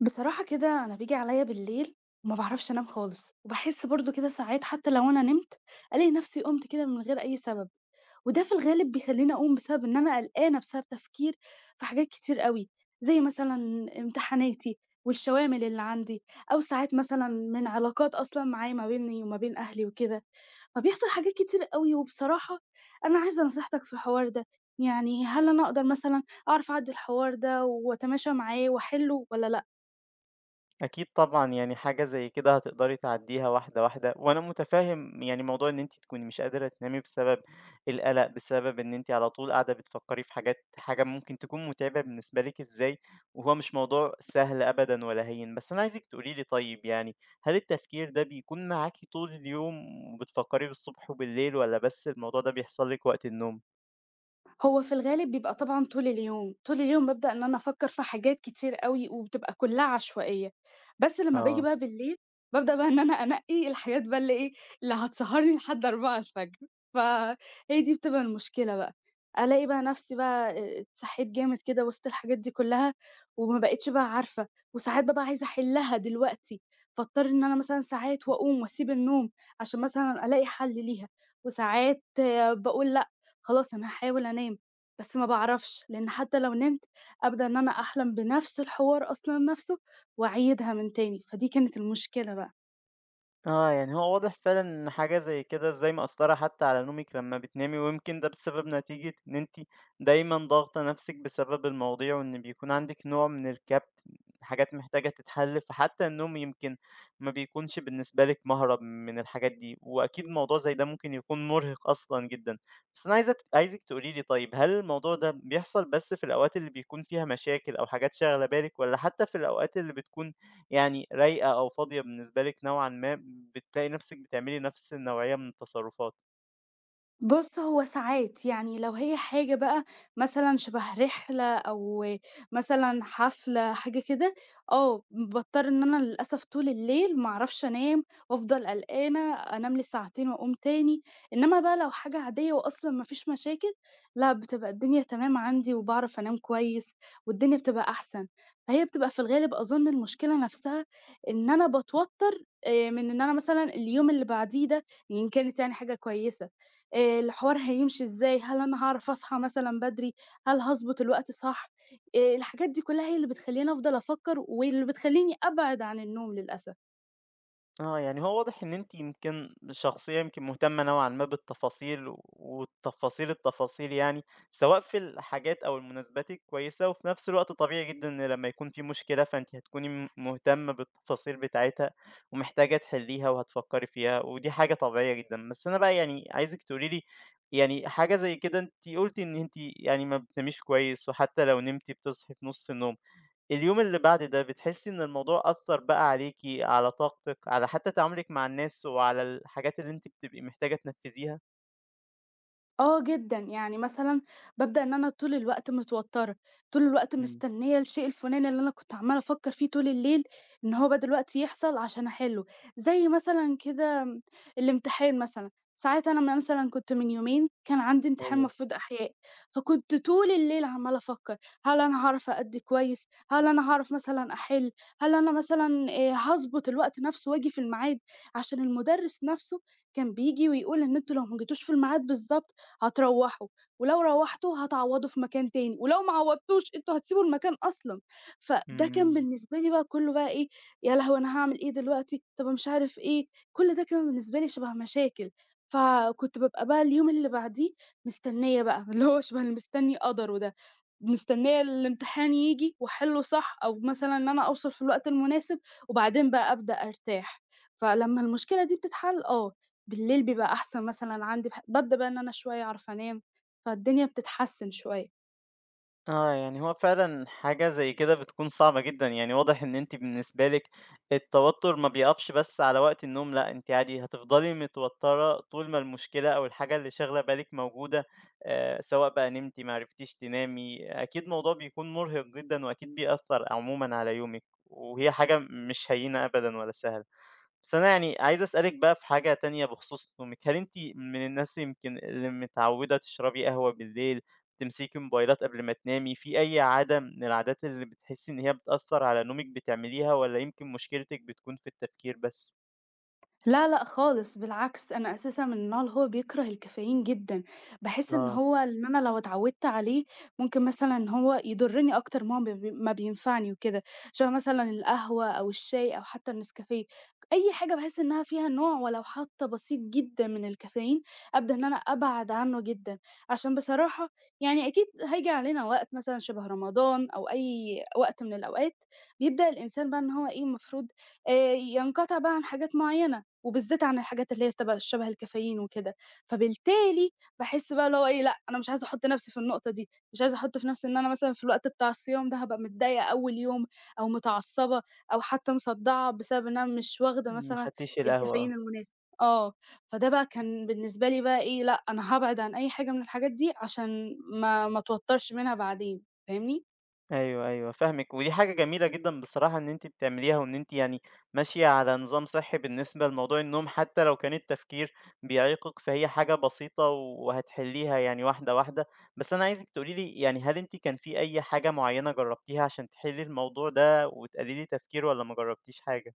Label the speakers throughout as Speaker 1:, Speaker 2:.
Speaker 1: بصراحة كده أنا بييجي عليّا بالليل وما باعرفش أنام خالص، وباحس برضه كده ساعات حتى لو أنا نمت، ألاقي نفسي قُمت كده من غير أي سبب، وده في الغالب بيخلّيني أقوم بسبب إن أنا قلقانة بسبب تفكير في حاجات كتير أوي، زي مثلًا امتحاناتي والشوامل اللي عندي، أو ساعات مثلًا من علاقات أصلًا معايا ما بيني وما بين أهلي وكده، فبيحصل حاجات كتير أوي، وبصراحة أنا عايزة نصيحتك في الحوار ده، يعني هل أنا أقدر مثلًا أعرف أعدّي الحوار ده وأتماشى معاه وأحلّه والّا لأ؟
Speaker 2: أكيد طبعًا، يعني حاجة زي كده هتقدري تعدّيها واحدة، واحدة، وأنا مُتفهِّم يعني موضوع إن أنتِ تكوني مش قادرة تنامي بسبب القَلَق، بسبب إن أنتِ على طول قاعدة بتفكّري في حاجة ممكن تكون مُتعبة بالنسبة لِك إزاي، وهو مش موضوع سهل أبدًا ولا هيِّن. بس أنا عايزِك تقولي لي طيب يعني هل التفكير ده بيكون معاكِ طول اليوم وبتفكّري بالصبح وبالليل والّا بس الموضوع ده بيحصل لِك وقت النوم؟
Speaker 1: هو في الغالب بيبقى طبعًا طول اليوم، طول اليوم بابدأ إن أنا أفكّر في حاجات كتير أوي وبتبقى كلّها عشوائية، بس لمّا باجي
Speaker 2: آه.
Speaker 1: بقى بالليل، بابدأ بقى إن أنا أنقّي الحاجات بقى اللي إيه، اللي هتسهّرني لحد 04:00، فهي دي بتبقى المشكلة بقى، ألاقي بقى نَفْسي بقى اتسحّيت جامد كده وسط الحاجات دي كلّها وما بقيتش بقى عارفة، وساعات بابقى عايزة أحلّها دلوقتي، فاضطر إن أنا مثلًا ساعات وأقوم وأسيب النوم عشان مثلًا ألاقي حَل ليها، وساعات باقول لأ خلاص أنا هاحاول أنام، بس ما باعرفش، لإن حتى لو نمت أبدأ إن أنا أحلم بنفس الحوار أصلًا نفسه وأعيدها من تاني، فدي كانت المشكلة بقى.
Speaker 2: آه، يعني هو واضح فعلًا إن حاجة زي كده إزاي مأثّرة حتى على نومِك لمّا بتنامي، ويمكن ده بسبب نتيجة إن أنتِ دايمًا ضاغطة نَفْسِك بسبب المواضيع، وإن بيكون عندِك نوع من الكبت، حاجات محتاجة تتحل، فحتى النوم يمكن ما بيكونش بالنسبة لِك مهرب من الحاجات دي، وأكيد موضوع زي ده ممكن يكون مرهق أصلًا جدًا. بس أنا عايزِك تقولي لي طيب هل الموضوع ده بيحصل بس في الأوقات اللي بيكون فيها مشاكل أو حاجات شاغلة بالِك والّا حتى في الأوقات اللي بتكون يعني رايقة أو فاضية بالنسبة لِك نوعًا ما، بتلاقي نفسِك بتعملي نفس النوعية من التصرفات.
Speaker 1: بُص، هو ساعات، يعني لو هي حاجة بقى مثلًا شبه رحلة أو مثلًا حفلة، حاجة كده، آه، باضطر إن أنا للأسف طول الليل ما أعرفش أنام وأفضل قلقانة، أنام لي ساعتين وأقوم تاني. إنما بقى لو حاجة عادية وأصلًا ما فيش مشاكل، لأ، بتبقى الدنيا تمام عندي وباعرف أنام كويس والدنيا بتبقى أحسن. فهي بتبقى في الغالب أظن المشكلة نفسها إن أنا باتوتر من إن أنا مثلًا اليوم اللي بعديه ده إن كانت يعني حاجة كويسة. الحوار هيمشي إزاي، هل أنا هاعرف أصحى مثلًا بدري، هل هاضبط الوقت صح؟ الحاجات دي كلّها هي اللي بتخلّيني أفضل أفكّر واللي بتخلّيني أبعد عن النوم للأسف.
Speaker 2: آه، يعني هو واضح إن أنتِ يمكن شخصية يمكن مهتمة نوعًا ما بالتفاصيل، والتفاصيل يعني، سواء في الحاجات أو المناسبات الكويسة، وفي نفس الوقت طبيعي جدًا إن لمّا يكون في مشكلة فأنتِ هتكوني مهتمة بالتفاصيل بتاعتها، ومحتاجة تحلّيها وهتفكّري فيها، ودي حاجة طبيعية جدًا. بس أنا بقى يعني عايزِك تقولي لي يعني حاجة زي كده أنتِ قُلتِ إن أنتِ يعني ما بتناميش كويس، وحتى لو نمتِ بتصحي في نُص النوم. اليوم اللي بعد ده بتحسي إن الموضوع أثّر بقى عليكِ، على طاقتِك، على حتى تعاملِك مع الناس وعلى الحاجات اللي أنتِ بتبقي محتاجة تنفّذيها؟
Speaker 1: آه جدًا، يعني مثلًا بابدأ إن أنا طول الوقت متوتّرة، طول الوقت
Speaker 2: إمم،
Speaker 1: مستنية الشيء الفُلاني اللي أنا كنت عمّالة أفكّر فيه طول الليل إن هو بقى دلوقتي يحصل عشان أحلّه، زي مثلًا كده الامتحان مثلًا، ساعات أنا مثلًا كنت من يومين كان عندي امتحان
Speaker 2: أيوه،
Speaker 1: مفروض أحياء، فكنت طول الليل عمّالة أفكّر هل أنا هاعرف أأدّي كويس، هل أنا هاعرف مثلًا أحِل، هل أنا مثلًا هاضبط الوقت نَفْسه وآجي في الميعاد، عشان المُدرِّس نَفْسه كان بييجي ويقول إن أنتم لو ما جيتوش في الميعاد بالضبط هتروّحوا، ولو روّحتوه هتعوّضوا في مكان تاني، ولو ما عوّضتوش أنتم هتسيبوا المكان أصلًا.
Speaker 2: إمم،
Speaker 1: فده كان
Speaker 2: إمم.
Speaker 1: بالنسبة لي بقى كُلّه بقى إيه، يا لهوي أنا هاعمل إيه دلوقتي، طَب مش عارف إيه، كل ده كان بالنسبة لي شَبه مشاكل. فكنت بابقى بقى اليوم اللي بعديه مستنية بقى، اللي هو شبه اللي مستني قدره ده، مستنية الامتحان ييجي وأحلّه صح أو مثلًا إن أنا أوصل في الوقت المناسب وبعدين بقى أبدأ أرتاح. فلمّا المشكلة دي بتتحل آه، بالليل بيبقى أحسن مثلًا عندي بابدأ بقى إن أنا شوية أعرف أنام، فالدنيا بتتحسن شوية.
Speaker 2: آه، يعني هو فعلًا حاجة زي كده بتكون صعبة جدًا، يعني واضح إن أنتِ بالنسبة لِك التوتر ما بيقفش بس على وقت النوم، لأ أنتِ عادي هتفضلي متوترة طول ما المشكلة أو الحاجة اللي شاغلة بالِك موجودة، سواء بقى نمتِ ما عرفتيش تنامي، أكيد موضوع بيكون مرهق جدًا وأكيد بيأثر عمومًا على يومِك، وهي حاجة مش هينة أبدًا ولا سهلة. بس أنا يعني عايز أسألِك بقى في حاجة تانية بخصوص نومِك، هل أنتِ من الناس يمكن اللي متعودة تشربي قهوة بالليل، تمسكي موبايلات قبل ما تنامي، في أي عادة من العادات اللي بتحسي إن هي بتأثّر على نومِك بتعمليها والّا يمكن مشكلتِك بتكون في التفكير بس؟
Speaker 1: لا لأ خالص، بالعكس أنا أساسًا من النوع اللي هو بيكره الكافيين جدًا، باحس إن
Speaker 2: آه.
Speaker 1: هو إن أنا لو اتعودت عليه ممكن مثلًا إن هو يضرني أكتر ما هو ما بينفعني وكده، شبه مثلًا القهوة أو الشاي أو حتى النسكافيه، أي حاجة باحس إنها فيها نوع ولو حتى بسيط جدًا من الكافيين، أبدأ إن أنا أبعد عنه جدًا، عشان بصراحة يعني أكيد هييجي علينا وقت مثلًا شبه رمضان أو أي وقت من الأوقات، بيبدأ الإنسان بقى إن هو إيه المفروض ينقطع بقى عن حاجات معينة. وبالذات عن الحاجات اللي هي تبقى شبه الكافيين وكده، فبالتالي باحس بقى اللي هو إيه، لأ أنا مش عايزة أحُط نَفْسي في النقطة دي، مش عايزة أحُط في نَفْسي إن أنا مثلًا في الوقت بتاع الصيام ده هابقى متضايقة أول يوم أو متعصّبة أو حتى مصدّعة بسبب إن أنا مش واخدة
Speaker 2: ما
Speaker 1: مثلًا
Speaker 2: خدتيش
Speaker 1: الكافيين
Speaker 2: القهوة،
Speaker 1: المناسب. آه، فده بقى كان بالنسبة لي بقى إيه، لأ أنا هابعد عن أي حاجة من الحاجات دي عشان ما اتوتّرش منها بعدين، فاهمني؟
Speaker 2: أيوه، أيوه فاهمِك، ودي حاجة جميلة جدًا بصراحة إن أنتِ بتعمليها، وإن أنتِ يعني ماشية على نظام صحّي بالنسبة لموضوع النوم، حتى لو كان التفكير بيعيقِك فهي حاجة بسيطة وهتحليها يعني واحدة، واحدة. بس أنا عايزِك تقولي لي يعني هل أنتِ كان في أي حاجة معيّنة جربتيها عشان تحلي الموضوع ده وتقللي تفكير والّا ما جربتيش حاجة؟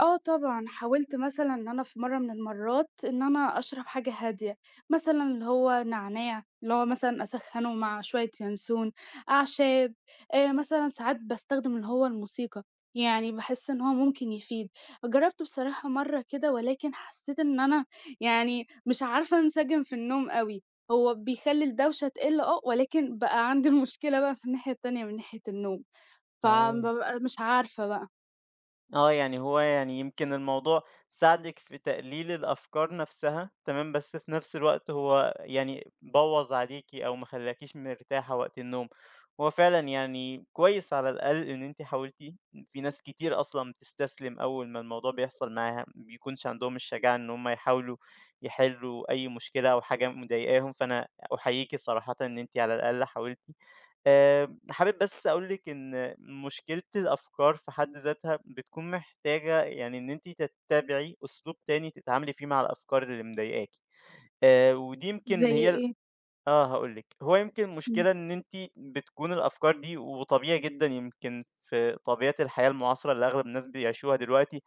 Speaker 1: آه طبعًا، حاولت مثلًا إن أنا في مرّة من المرّات إن أنا أشرب حاجة هادية، مثلًا اللي هو نعناع، اللي هو مثلًا أسخّنه مع شوية ينسون، أعشاب، مثلًا ساعات باستخدم اللي هو الموسيقى، يعني باحس إن هو ممكن يفيد. جرّبت بصراحة مرّة كده ولكن حسّيت إن أنا يعني مش عارفة أنسجم في النوم أوي، هو بيخلّي الدوشة تقِل آه، ولكن بقى عندي المشكلة بقى في الناحية التانية من ناحية النوم،
Speaker 2: آه.
Speaker 1: فبابقى مش عارفة بقى.
Speaker 2: آه، يعني هو يعني يمكن الموضوع ساعدِك في تقليل الأفكار نفسها، تمام، بس في نفس الوقت هو يعني بوّظ عليكِ أو ما خلّاكيش مرتاحة وقت النوم. هو فعلًا يعني كويس على الأقل إن أنتِ حاولتِ، في ناس كتير أصلًا بتستسلم أول ما الموضوع بيحصل معاها، ما بيكونش عندهم الشجاعة إن هم يحاولوا يحلّوا أي مشكلة أو حاجة مضايقاهم، فأنا أحييكِ صراحةً إن أنتِ على الأقل حاولتِ. حابب بس أقول لِك إن مشكلة الأفكار في حد ذاتها بتكون محتاجة يعني إن أنتِ تتّبعي أسلوب تاني تتعاملي فيه مع الأفكار اللي مضايقاكِ، ودي يمكن
Speaker 1: زي
Speaker 2: هي
Speaker 1: إيه؟
Speaker 2: آه، هاقول لِك، هو يمكن
Speaker 1: إمم.
Speaker 2: المشكلة إن أنتِ بتكون الأفكار دي وطبيعي جدًا يمكن في طبيعة الحياة المعاصرة اللي أغلب الناس بيعيشوها دلوقتي،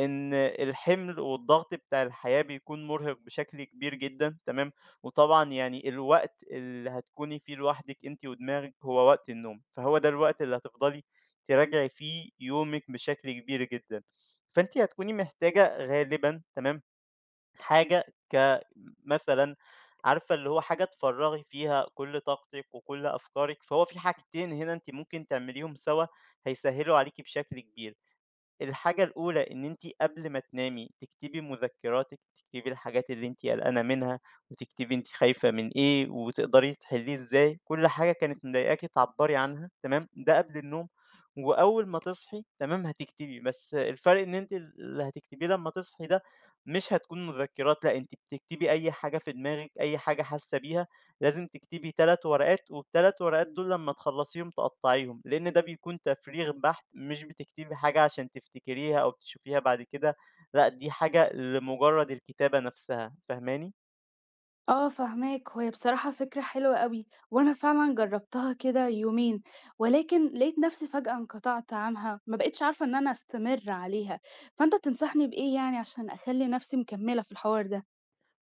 Speaker 2: إن الحِمل والضغط بتاع الحياة بيكون مرهق بشكل كبير جدًا، تمام، وطبعًا يعني الوقت اللي هتكوني فيه لوحدِك أنتِ ودماغِك هو وقت النوم، فهو ده الوقت اللي هتفضلي تراجعي فيه يومِك بشكل كبير جدًا، فأنتِ هتكوني محتاجة غالبًا، تمام، حاجة ك مثلًا عارفة اللي هو حاجة تفرّغي فيها كل طاقتِك وكل أفكارِك، فهو في حاجتين هنا أنتِ ممكن تعمليهم سوا هيسهّلوا عليكِ بشكل كبير. الحاجة الأولى إن أنتِ قبل ما تنامي تكتبي مذكراتِك، تكتبي الحاجات اللي أنتِ قلقانة منها، وتكتبي أنتِ خايفة من إيه وتقدري تحليه إزاي، كل حاجة كانت مضايقاكِ تعبّري عنها تمام، ده قبل النوم. وأول ما تصحي تمام، هتكتبي، بس الفرق إن أنتِ اللي هتكتبيه لمّا تصحي ده مش هتكون مذكرات، لأ أنتِ بتكتبي أي حاجة في دماغِك، أي حاجة حاسة بيها لازم تكتبي 3 ورقات، وال3 ورقات دول لمّا تخلّصيهم تقطّعيهم، لإن ده بيكون تفريغ بحت، مش بتكتبي حاجة عشان تفتكريها أو تشوفيها بعد كده، لأ دي حاجة لمجرد الكتابة نفسها، فاهماني؟
Speaker 1: آه فاهماك، هي بصراحة فكرة حلوة أوي، وأنا فعلًا جرّبتها كده يومين، ولكن لقيت نفسي فجأة انقطعت عنها، ما بقيتش عارفة إن أنا أستمر عليها، فأنت تنصحني بإيه يعني عشان أخلّي نفسي مكمّلة في الحوار ده؟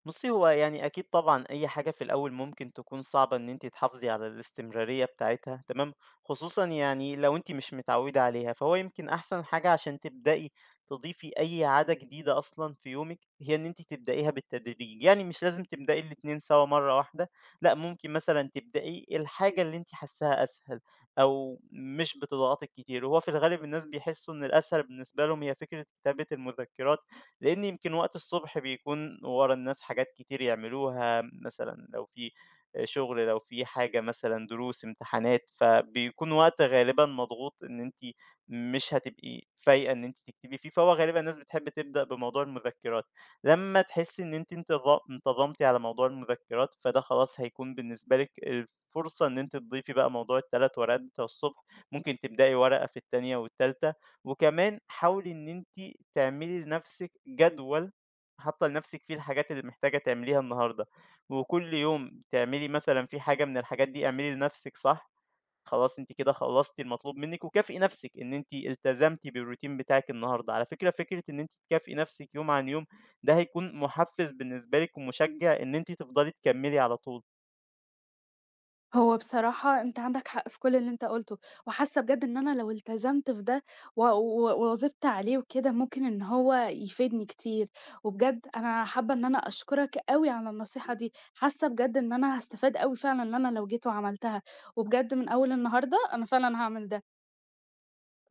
Speaker 2: بُصّي، هو يعني أكيد طبعًا أي حاجة في الأول ممكن تكون صعبة إن أنتِ تحافظي على الاستمرارية بتاعتها تمام، خصوصًا يعني لو أنتِ مش متعوّدة عليها، فهو يمكن أحسن حاجة عشان تبدئي تضيفي أي عادة جديدة أصلًا في يومِك، هي إن أنتِ تبدئيها بالتدريج، يعني مش لازم تبدئي الاتنين سوا مرّة واحدة، لأ ممكن مثلًا تبدئي الحاجة اللي أنتِ حاساها أسهل أو مش بتضغطِك كتير، وهو في الغالب الناس بيحسّوا إن الأسهل بالنسبة لهم هي فكرة كتابة المذكرات. لأن يمكن وقت الصبح بيكون ورا الناس حاجات كتير يعملوها مثلا لو في شغل لو في حاجة مثلا دروس امتحانات فبيكون وقت غالبا مضغوط ان انت مش هتبقي فايقة ان انت تكتبي فيه فهو غالبا الناس بتحب تبدأ بموضوع المذكرات لما تحسي ان انت انتظمتي على موضوع المذكرات فده خلاص هيكون بالنسبة لك الفرصة ان انت تضيفي بقى موضوع ال3 ورقات بتوع الصبح ممكن تبدأي ورقة في التانية والتالتة وكمان حاولي ان انت تعملي لنفسِك جدول حاطة لنفسِك فيه الحاجات اللي محتاجة تعمليها النهارده، وكل يوم تعملي مثلًا فيه حاجة من الحاجات دي اعملي لنفسِك صح، خلاص أنتِ كده خلصتِ المطلوب منِّك، وكافئي نفسِك إن أنتِ التزمتِ بالروتين بتاعِك النهارده، على فكرة فكرة إن أنتِ تكافئي نفسِك يوم عن يوم ده هيكون محفز بالنسبة لِك ومشجع إن أنتِ تفضلي تكملي على طول.
Speaker 1: هو بصراحة أنت عندك حق في كل اللي أنت قُلته، وحاسة بجد إن أنا لو التزمت في ده و و وواظبت عليه وكده، ممكن إن هو يفيدني كتير، وبجد أنا حابة إن أنا أشكرك أوي على النصيحة دي، حاسة بجد إن أنا هاستفاد أوي فعلًا إن أنا لو جيت وعملتها، وبجد من أول النهارده أنا فعلًا هاعمل ده.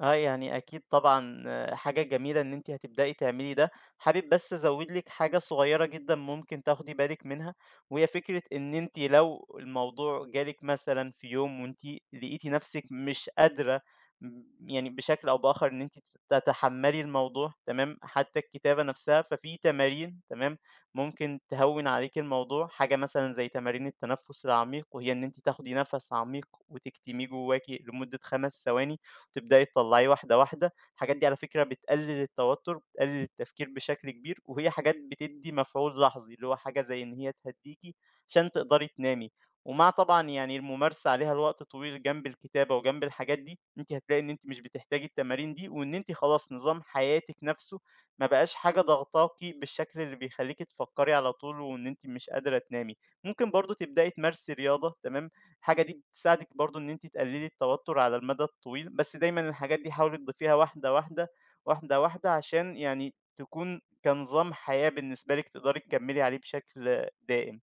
Speaker 2: آه، يعني أكيد طبعًا آه، حاجة جميلة إن أنتِ هتبدئي تعملي ده، حابب بس أزوّد لِك حاجة صغيّرة جدًا ممكن تاخدي بالِك منها، وهي فكرة إن أنتِ لو الموضوع جالِك مثلًا في يوم وأنتِ لقيتِ نَفْسِك مش قادرة م يعني بشكل أو بآخر إن أنتِ تتحمّلي الموضوع تمام، حتى الكتابة نَفْسها، ففي تمارين تمام، ممكن تهوّن عليكِ الموضوع، حاجة مثلًا زي تمارين التنفُّس العميق، وهي إن أنتِ تاخدي نَفَس عميق وتكتميه جوّاكِ لمدة 5 ثواني. تبدأي تطلّعيه واحدة، واحدة. الحاجات دي على فكرة بتقلل التوتر، بتقلل التفكير بشكل كبير، وهي حاجات بتدّي مفعول لحظي، اللي هو حاجة زي إن هي تهدّيكِ عشان تقدري تنامي. ومع طبعًا يعني الممارسة عليها لوقت طويل جنب الكتابة وجنب الحاجات دي، أنتِ هتلاقي إن أنتِ مش بتحتاجي التمارين دي، وإن أنتِ خلاص نظام حياتِك نَفْسه ما بقاش حاجة ضاغطاكِ بالشكل اللي بيخلّيكِ تفكّري على طول وإن أنتِ مش قادرة تنامي. ممكن برضه تبدئي تمارسي رياضة، تمام؟ الحاجة دي بتساعدِك برضه إن أنتِ تقللي التوتر على المدى الطويل، بس دايمًا الحاجات دي حاولي تضيفيها واحدة، واحدة، واحدة، واحدة، عشان يعني تكون كنظام حياة بالنسبة لِك تقدري تكمّلي عليه بشكل دائم.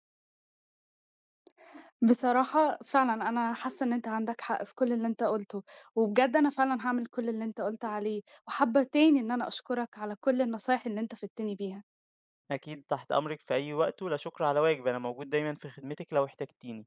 Speaker 1: بصراحة فعلًا أنا حاسة إن أنت عندك حق في كل اللي أنت قُلته، وبجد أنا فعلًا هاعمل كل اللي أنت قُلت عليه، وحابة تاني إن أنا أشكرك على كل النصايح اللي أنت فدتني بيها.
Speaker 2: أكيد تحت أمرِك في أي وقت، ولا شكر على واجب، أنا موجود دايمًا في خدمتِك لو احتجتيني.